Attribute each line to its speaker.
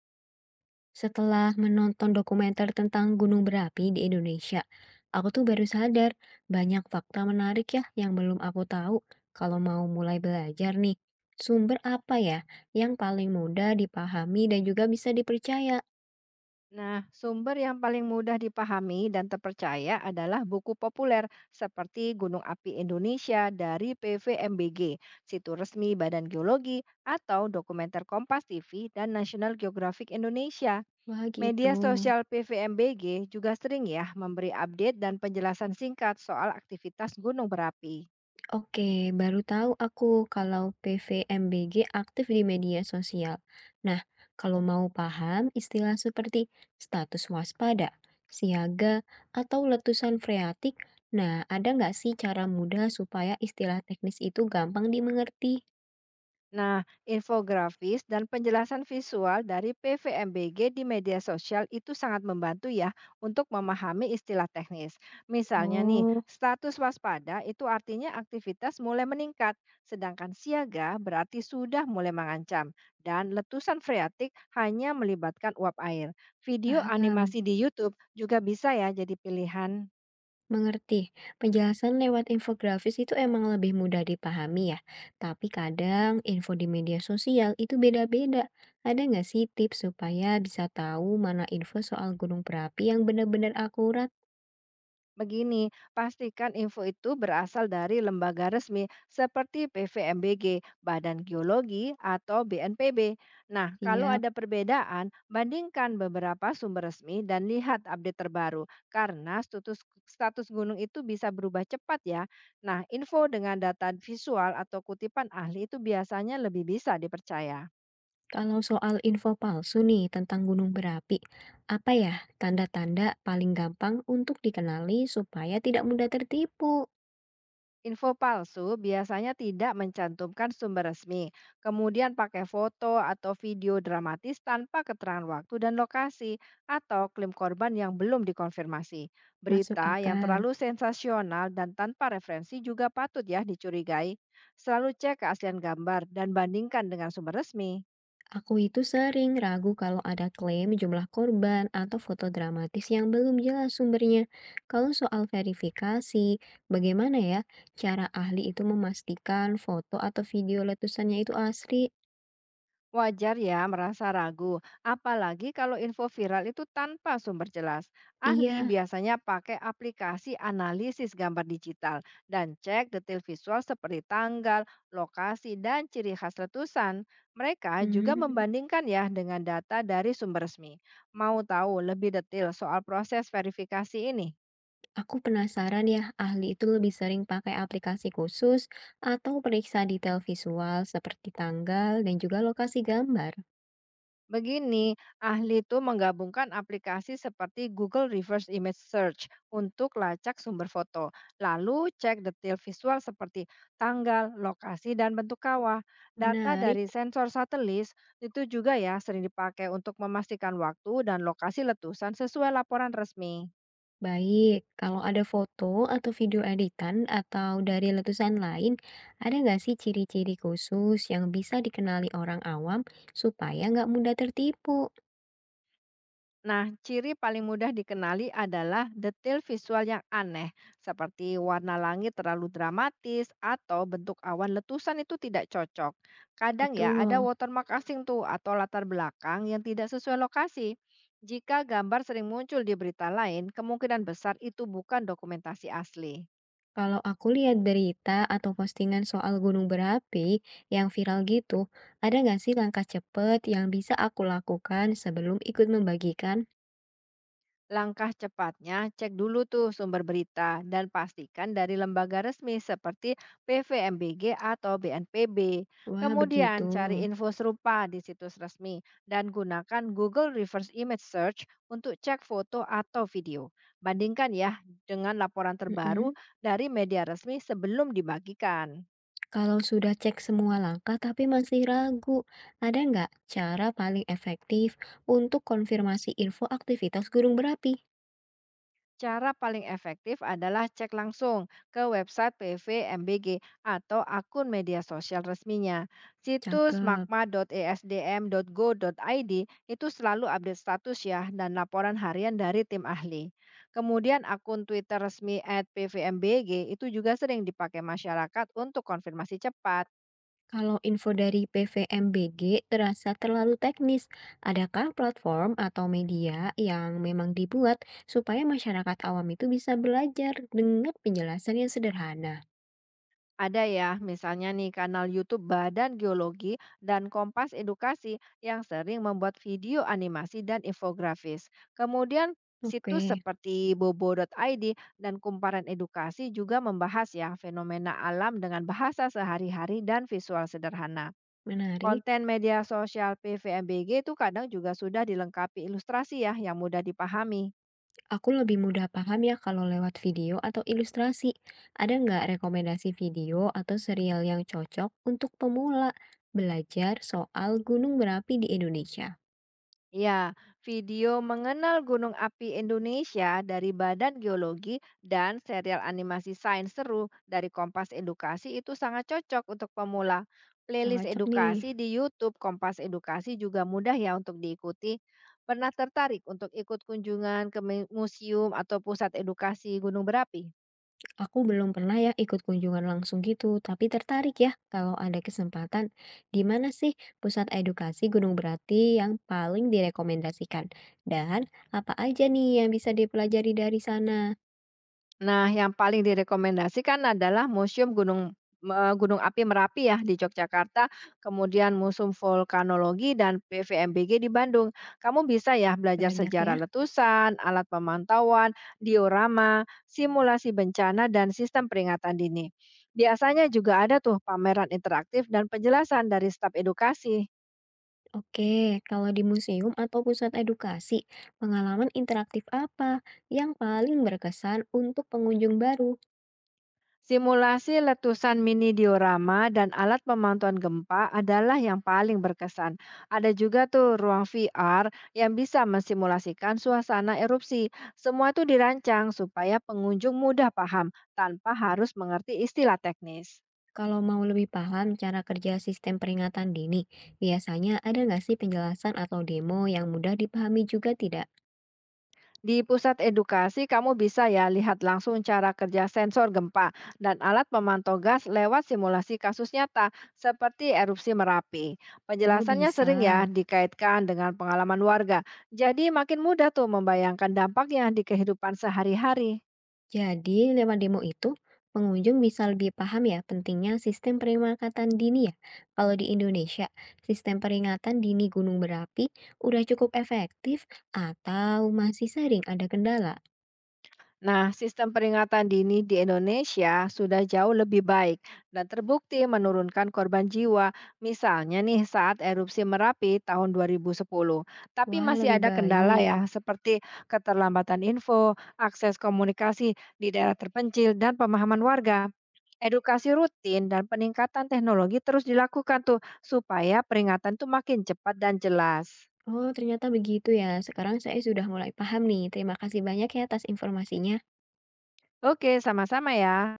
Speaker 1: Setelah menonton dokumenter tentang gunung berapi di Indonesia, aku tuh baru sadar banyak fakta menarik ya yang belum aku tahu kalau mau mulai belajar nih. Sumber apa ya yang paling mudah dipahami dan juga bisa dipercaya?
Speaker 2: Nah, sumber yang paling mudah dipahami dan terpercaya adalah buku populer seperti Gunung Api Indonesia dari PVMBG, situs resmi Badan Geologi, atau dokumenter Kompas TV dan National Geographic Indonesia.
Speaker 1: Wah gitu.
Speaker 2: Media sosial PVMBG juga sering ya memberi update dan penjelasan singkat soal aktivitas gunung berapi.
Speaker 1: Oke, baru tahu aku kalau PVMBG aktif di media sosial. Nah, kalau mau paham istilah seperti status waspada, siaga, atau letusan freatik, nah ada nggak sih cara mudah supaya istilah teknis itu gampang dimengerti?
Speaker 2: Nah, infografis dan penjelasan visual dari PVMBG di media sosial itu sangat membantu ya untuk memahami istilah teknis. Misalnya nih,
Speaker 1: Oh,
Speaker 2: status waspada itu artinya aktivitas mulai meningkat, sedangkan siaga berarti sudah mulai mengancam. Dan letusan freatik hanya melibatkan uap air. Video animasi
Speaker 1: paham.
Speaker 2: di YouTube juga bisa ya jadi pilihan.
Speaker 1: Mengerti. Penjelasan lewat infografis itu emang lebih mudah dipahami ya. Tapi kadang info di media sosial itu beda-beda. Ada nggak sih tips supaya bisa tahu mana info soal gunung berapi yang benar-benar akurat?
Speaker 2: Begini, pastikan info itu berasal dari lembaga resmi seperti PVMBG, Badan Geologi, atau BNPB. Nah, kalau
Speaker 1: Siap.
Speaker 2: ada perbedaan, bandingkan beberapa sumber resmi dan lihat update terbaru, karena status gunung itu bisa berubah cepat ya. Nah, info dengan data visual atau kutipan ahli itu biasanya lebih bisa dipercaya.
Speaker 1: Kalau soal info palsu nih tentang gunung berapi, apa ya tanda-tanda paling gampang untuk dikenali supaya tidak mudah tertipu?
Speaker 2: Info palsu biasanya tidak mencantumkan sumber resmi, kemudian pakai foto atau video dramatis tanpa keterangan waktu dan lokasi, atau klaim korban yang belum dikonfirmasi.
Speaker 1: Masuk
Speaker 2: Berita yang
Speaker 1: akal.
Speaker 2: terlalu sensasional dan tanpa referensi juga patut ya dicurigai. Selalu cek keaslian gambar dan bandingkan dengan sumber resmi.
Speaker 1: Aku itu sering ragu kalau ada klaim jumlah korban atau foto dramatis yang belum jelas sumbernya. Kalau soal verifikasi, bagaimana ya cara ahli itu memastikan foto atau video letusannya itu asli?
Speaker 2: Wajar ya merasa ragu, apalagi kalau info viral itu tanpa sumber jelas. Ahli
Speaker 1: Iya,
Speaker 2: biasanya pakai aplikasi analisis gambar digital dan cek detail visual seperti tanggal, lokasi, dan ciri khas letusan. Mereka juga
Speaker 1: hmm,
Speaker 2: membandingkan ya dengan data dari sumber resmi. Mau tahu lebih detail soal proses verifikasi ini?
Speaker 1: aku penasaran ya, ahli itu lebih sering pakai aplikasi khusus atau periksa detail visual seperti tanggal dan juga lokasi gambar.
Speaker 2: Begini, ahli itu menggabungkan aplikasi seperti Google Reverse Image Search untuk lacak sumber foto, lalu cek detail visual seperti tanggal, lokasi, dan bentuk kawah. Data
Speaker 1: Menarik.
Speaker 2: dari sensor satelit itu juga ya sering dipakai untuk memastikan waktu dan lokasi letusan sesuai laporan resmi.
Speaker 1: Baik, kalau ada foto atau video editan atau dari letusan lain, ada nggak sih ciri-ciri khusus yang bisa dikenali orang awam supaya nggak mudah tertipu?
Speaker 2: Nah, ciri paling mudah dikenali adalah detail visual yang aneh, seperti warna langit terlalu dramatis atau bentuk awan letusan itu tidak cocok. Kadang ya ada
Speaker 1: Betul.
Speaker 2: watermark asing tuh atau latar belakang yang tidak sesuai lokasi. Jika gambar sering muncul di berita lain, kemungkinan besar itu bukan dokumentasi asli.
Speaker 1: Kalau aku lihat berita atau postingan soal gunung berapi yang viral gitu, ada nggak sih langkah cepat yang bisa aku lakukan sebelum ikut membagikan?
Speaker 2: Langkah cepatnya, cek dulu tuh sumber berita dan pastikan dari lembaga resmi seperti PVMBG atau BNPB.
Speaker 1: Wah,
Speaker 2: Kemudian
Speaker 1: begitu.
Speaker 2: cari info serupa di situs resmi dan gunakan Google Reverse Image Search untuk cek foto atau video. Bandingkan ya dengan laporan terbaru
Speaker 1: Mm-mm.
Speaker 2: dari media resmi sebelum dibagikan.
Speaker 1: Kalau sudah cek semua langkah tapi masih ragu, ada nggak cara paling efektif untuk konfirmasi info aktivitas gunung berapi?
Speaker 2: Cara paling efektif adalah cek langsung ke website PVMBG atau akun media sosial resminya. Situs
Speaker 1: Cakep.
Speaker 2: magma.esdm.go.id itu selalu update status ya dan laporan harian dari tim ahli. Kemudian akun Twitter resmi @pvmbg itu juga sering dipakai masyarakat untuk konfirmasi cepat.
Speaker 1: Kalau info dari PVMBG terasa terlalu teknis, adakah platform atau media yang memang dibuat supaya masyarakat awam itu bisa belajar dengan penjelasan yang sederhana?
Speaker 2: Ada ya, misalnya nih kanal YouTube Badan Geologi dan Kompas Edukasi yang sering membuat video animasi dan infografis. Kemudian
Speaker 1: Oke,
Speaker 2: situs seperti bobo.id dan Kumparan Edukasi juga membahas ya fenomena alam dengan bahasa sehari-hari dan visual sederhana.
Speaker 1: menarik.
Speaker 2: Konten media sosial PVMBG itu kadang juga sudah dilengkapi ilustrasi ya yang mudah dipahami.
Speaker 1: Aku lebih mudah paham ya kalau lewat video atau ilustrasi. Ada nggak rekomendasi video atau serial yang cocok untuk pemula belajar soal gunung berapi di Indonesia?
Speaker 2: Ya, video mengenal Gunung Api Indonesia dari Badan Geologi dan serial animasi sains seru dari Kompas Edukasi itu sangat cocok untuk pemula. Playlist
Speaker 1: Cocok nih.
Speaker 2: edukasi di YouTube Kompas Edukasi juga mudah ya untuk diikuti. Pernah tertarik untuk ikut kunjungan ke museum atau pusat edukasi Gunung Berapi?
Speaker 1: Aku belum pernah ya ikut kunjungan langsung gitu, tapi tertarik ya kalau ada kesempatan. Di mana sih pusat edukasi gunung berapi yang paling direkomendasikan? Dan apa aja nih yang bisa dipelajari dari sana?
Speaker 2: Nah, yang paling direkomendasikan adalah Museum Gunung Api Merapi ya di Yogyakarta, kemudian Museum Vulkanologi dan PVMBG di Bandung. Kamu bisa ya belajar
Speaker 1: Banyak
Speaker 2: sejarah
Speaker 1: ya.
Speaker 2: letusan, alat pemantauan, diorama, simulasi bencana dan sistem peringatan dini. Biasanya juga ada tuh pameran interaktif dan penjelasan dari staf edukasi.
Speaker 1: Oke, kalau di museum atau pusat edukasi, pengalaman interaktif apa yang paling berkesan untuk pengunjung baru?
Speaker 2: Simulasi letusan mini diorama dan alat pemantauan gempa adalah yang paling berkesan. Ada juga tuh ruang VR yang bisa mensimulasikan suasana erupsi. Semua itu dirancang supaya pengunjung mudah paham tanpa harus mengerti istilah teknis.
Speaker 1: Kalau mau lebih paham cara kerja sistem peringatan dini, biasanya ada nggak sih penjelasan atau demo yang mudah dipahami juga tidak?
Speaker 2: Di pusat edukasi, kamu bisa ya lihat langsung cara kerja sensor gempa dan alat pemantau gas lewat simulasi kasus nyata seperti erupsi Merapi.
Speaker 1: Oh,
Speaker 2: Penjelasannya sering
Speaker 1: bisa.
Speaker 2: ya dikaitkan dengan pengalaman warga. Jadi makin mudah tuh membayangkan dampaknya di kehidupan sehari-hari.
Speaker 1: Jadi, lewat demo itu, pengunjung bisa lebih paham ya pentingnya sistem peringatan dini ya. Kalau di Indonesia, sistem peringatan dini gunung berapi udah cukup efektif atau masih sering ada kendala?
Speaker 2: Nah, sistem peringatan dini di Indonesia sudah jauh lebih baik dan terbukti menurunkan korban jiwa. Misalnya nih saat erupsi Merapi tahun 2010. Tapi
Speaker 1: Wah,
Speaker 2: masih
Speaker 1: lebih
Speaker 2: ada kendala
Speaker 1: baik.
Speaker 2: ya seperti keterlambatan info, akses komunikasi di daerah terpencil dan pemahaman warga. Edukasi rutin dan peningkatan teknologi terus dilakukan tuh supaya peringatan tuh makin cepat dan jelas.
Speaker 1: Oh, ternyata begitu ya. Sekarang saya sudah mulai paham nih. Terima kasih banyak ya atas informasinya.
Speaker 2: Oke, sama-sama ya.